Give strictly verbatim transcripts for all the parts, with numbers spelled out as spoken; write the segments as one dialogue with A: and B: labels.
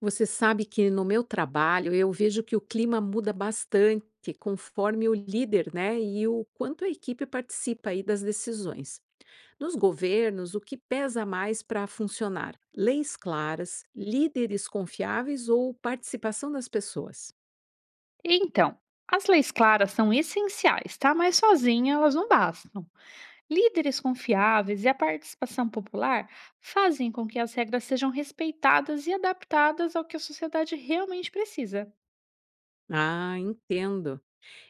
A: Você sabe que no meu trabalho eu vejo que o clima muda bastante conforme o líder, né, e o quanto a equipe participa aí das decisões. Nos governos, o que pesa mais para funcionar? Leis claras, líderes confiáveis ou participação das pessoas?
B: Então, as leis claras são essenciais, tá? Mas sozinhas elas não bastam. Líderes confiáveis e a participação popular fazem com que as regras sejam respeitadas e adaptadas ao que a sociedade realmente precisa.
A: Ah, entendo.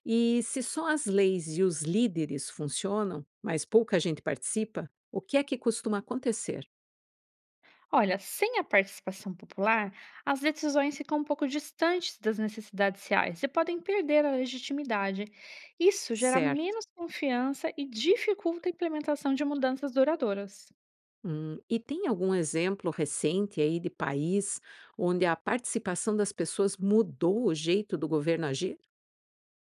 A: E se só as leis e os líderes funcionam, mas pouca gente participa, o que é que costuma acontecer?
B: Olha, sem a participação popular, as decisões ficam um pouco distantes das necessidades reais e podem perder a legitimidade. Isso gera
A: Certo.
B: menos confiança e dificulta a implementação de mudanças duradouras.
A: Hum, e tem algum exemplo recente aí de país onde a participação das pessoas mudou o jeito do governo agir?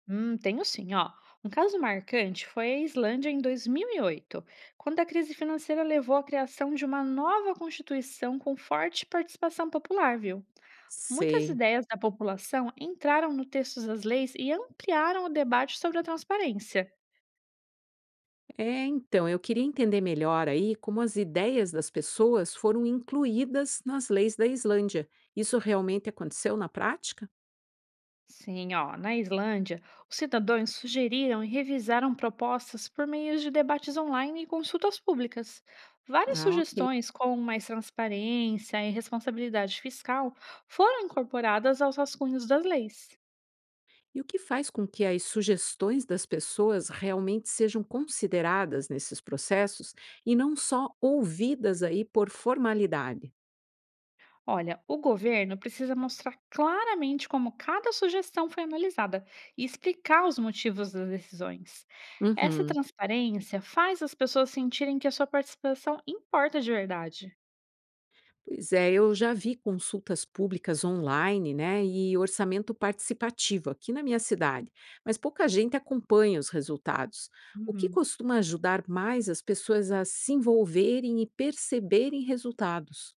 B: Hum, tenho sim, ó. Um caso marcante foi a Islândia em dois mil e oito, quando a crise financeira levou à criação de uma nova constituição com forte participação popular, viu? Muitas
A: Sei.
B: ideias da população entraram no texto das leis e ampliaram o debate sobre a transparência.
A: É, então, eu queria entender melhor aí como as ideias das pessoas foram incluídas nas leis da Islândia. Isso realmente aconteceu na prática?
B: Sim, ó, na Islândia, os cidadãos sugeriram e revisaram propostas por meio de debates online e consultas públicas. Várias
A: Ah, ok.
B: sugestões, como mais transparência e responsabilidade fiscal, foram incorporadas aos rascunhos das leis.
A: E o que faz com que as sugestões das pessoas realmente sejam consideradas nesses processos e não só ouvidas aí por formalidade?
B: Olha, o governo precisa mostrar claramente como cada sugestão foi analisada e explicar os motivos das decisões. Essa
A: Uhum.
B: transparência faz as pessoas sentirem que a sua participação importa de verdade.
A: Pois é, eu já vi consultas públicas online, né, e orçamento participativo aqui na minha cidade, mas pouca gente acompanha os resultados. O que
B: Uhum.
A: costuma ajudar mais as pessoas a se envolverem e perceberem resultados?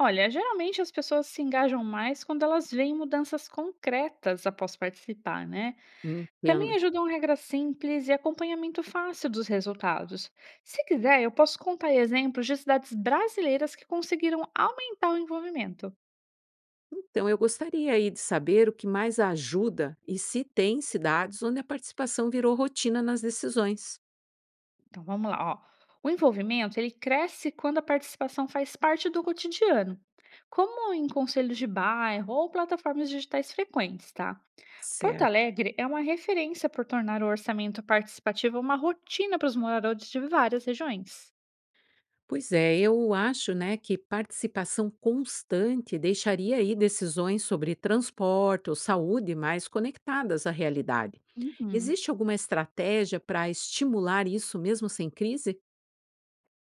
B: Olha, geralmente as pessoas se engajam mais quando elas veem mudanças concretas após participar, né?
A: Entendo.
B: Também ajudam regras simples e acompanhamento fácil dos resultados. Se quiser, eu posso contar aí exemplos de cidades brasileiras que conseguiram aumentar o envolvimento.
A: Então, eu gostaria aí de saber o que mais ajuda e se tem cidades onde a participação virou rotina nas decisões.
B: Então, vamos lá, ó. O envolvimento, ele cresce quando a participação faz parte do cotidiano, como em conselhos de bairro ou plataformas digitais frequentes, tá? Porto
A: Certo.
B: Alegre é uma referência por tornar o orçamento participativo uma rotina para os moradores de várias regiões.
A: Pois é, eu acho, né, que participação constante deixaria aí decisões sobre transporte ou saúde mais conectadas à realidade.
B: Uhum.
A: Existe alguma estratégia para estimular isso mesmo sem crise?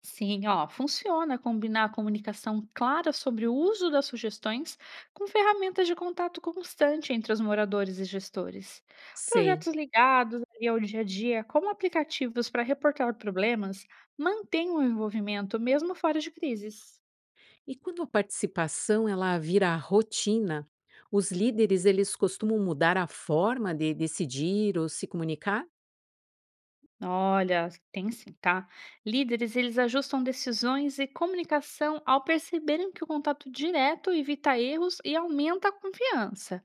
B: Sim, ó, funciona combinar a comunicação clara sobre o uso das sugestões com ferramentas de contato constante entre os moradores e gestores.
A: Sei.
B: Projetos ligados ali ao dia a dia, como aplicativos para reportar problemas, mantêm o envolvimento mesmo fora de crises.
A: E quando a participação ela vira rotina, os líderes eles costumam mudar a forma de decidir ou se comunicar?
B: Olha, tem sim, tá? Líderes, eles ajustam decisões e comunicação ao perceberem que o contato direto evita erros e aumenta a confiança.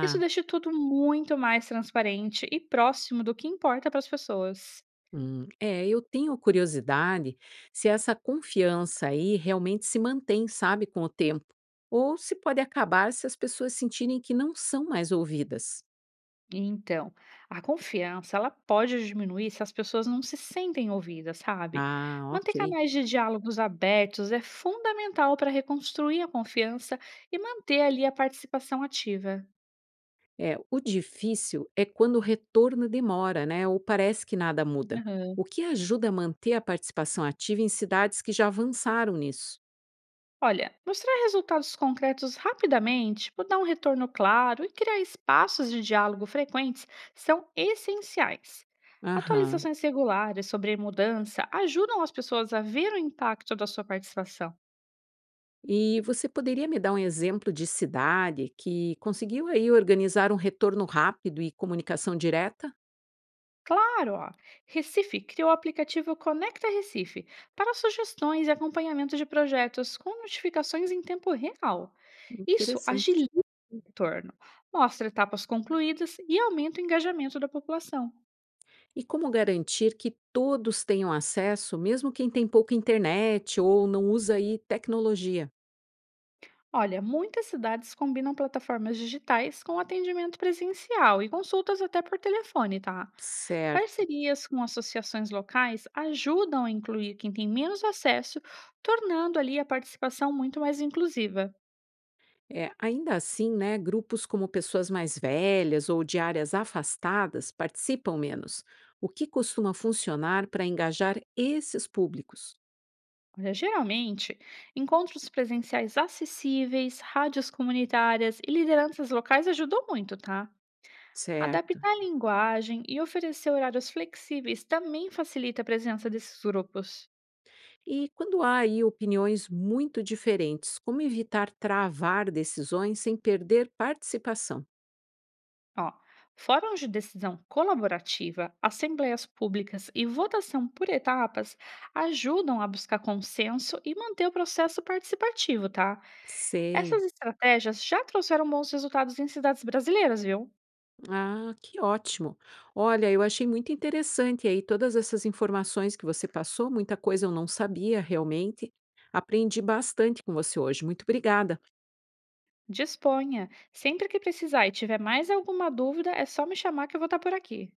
B: Isso deixa tudo muito mais transparente e próximo do que importa para as pessoas.
A: Hum, é, eu tenho curiosidade se essa confiança aí realmente se mantém, sabe, com o tempo. Ou se pode acabar se as pessoas sentirem que não são mais ouvidas.
B: Então, a confiança, ela pode diminuir se as pessoas não se sentem ouvidas, sabe?
A: Ah, ok.
B: Manter canais de diálogos abertos é fundamental para reconstruir a confiança e manter ali a participação ativa.
A: É, o difícil é quando o retorno demora, né? Ou parece que nada muda. O que ajuda a manter a participação ativa em cidades que já avançaram nisso?
B: Olha, mostrar resultados concretos rapidamente, tipo dar um retorno claro e criar espaços de diálogo frequentes são essenciais.
A: Aham.
B: Atualizações regulares sobre mudança ajudam as pessoas a ver o impacto da sua participação.
A: E você poderia me dar um exemplo de cidade que conseguiu aí organizar um retorno rápido e comunicação direta?
B: Claro, ó, Recife criou o aplicativo Conecta Recife para sugestões e acompanhamento de projetos com notificações em tempo real. Isso
A: Interessante.
B: agiliza o retorno, mostra etapas concluídas e aumenta o engajamento da população.
A: E como garantir que todos tenham acesso, mesmo quem tem pouca internet ou não usa aí tecnologia?
B: Olha, muitas cidades combinam plataformas digitais com atendimento presencial e consultas até por telefone, tá?
A: Certo.
B: Parcerias com associações locais ajudam a incluir quem tem menos acesso, tornando ali a participação muito mais inclusiva.
A: É, ainda assim, né, grupos como pessoas mais velhas ou de áreas afastadas participam menos. O que costuma funcionar para engajar esses públicos?
B: Olha, geralmente, encontros presenciais acessíveis, rádios comunitárias e lideranças locais ajudam muito, tá?
A: Certo.
B: Adaptar a linguagem e oferecer horários flexíveis também facilita a presença desses grupos.
A: E quando há aí opiniões muito diferentes, como evitar travar decisões sem perder participação?
B: Ó, fóruns de decisão colaborativa, assembleias públicas e votação por etapas ajudam a buscar consenso e manter o processo participativo, tá?
A: Sei.
B: Essas estratégias já trouxeram bons resultados em cidades brasileiras, viu?
A: Ah, que ótimo. Olha, eu achei muito interessante aí todas essas informações que você passou, muita coisa eu não sabia realmente. Aprendi bastante com você hoje. Muito obrigada.
B: Disponha. Sempre que precisar e tiver mais alguma dúvida, é só me chamar que eu vou estar por aqui.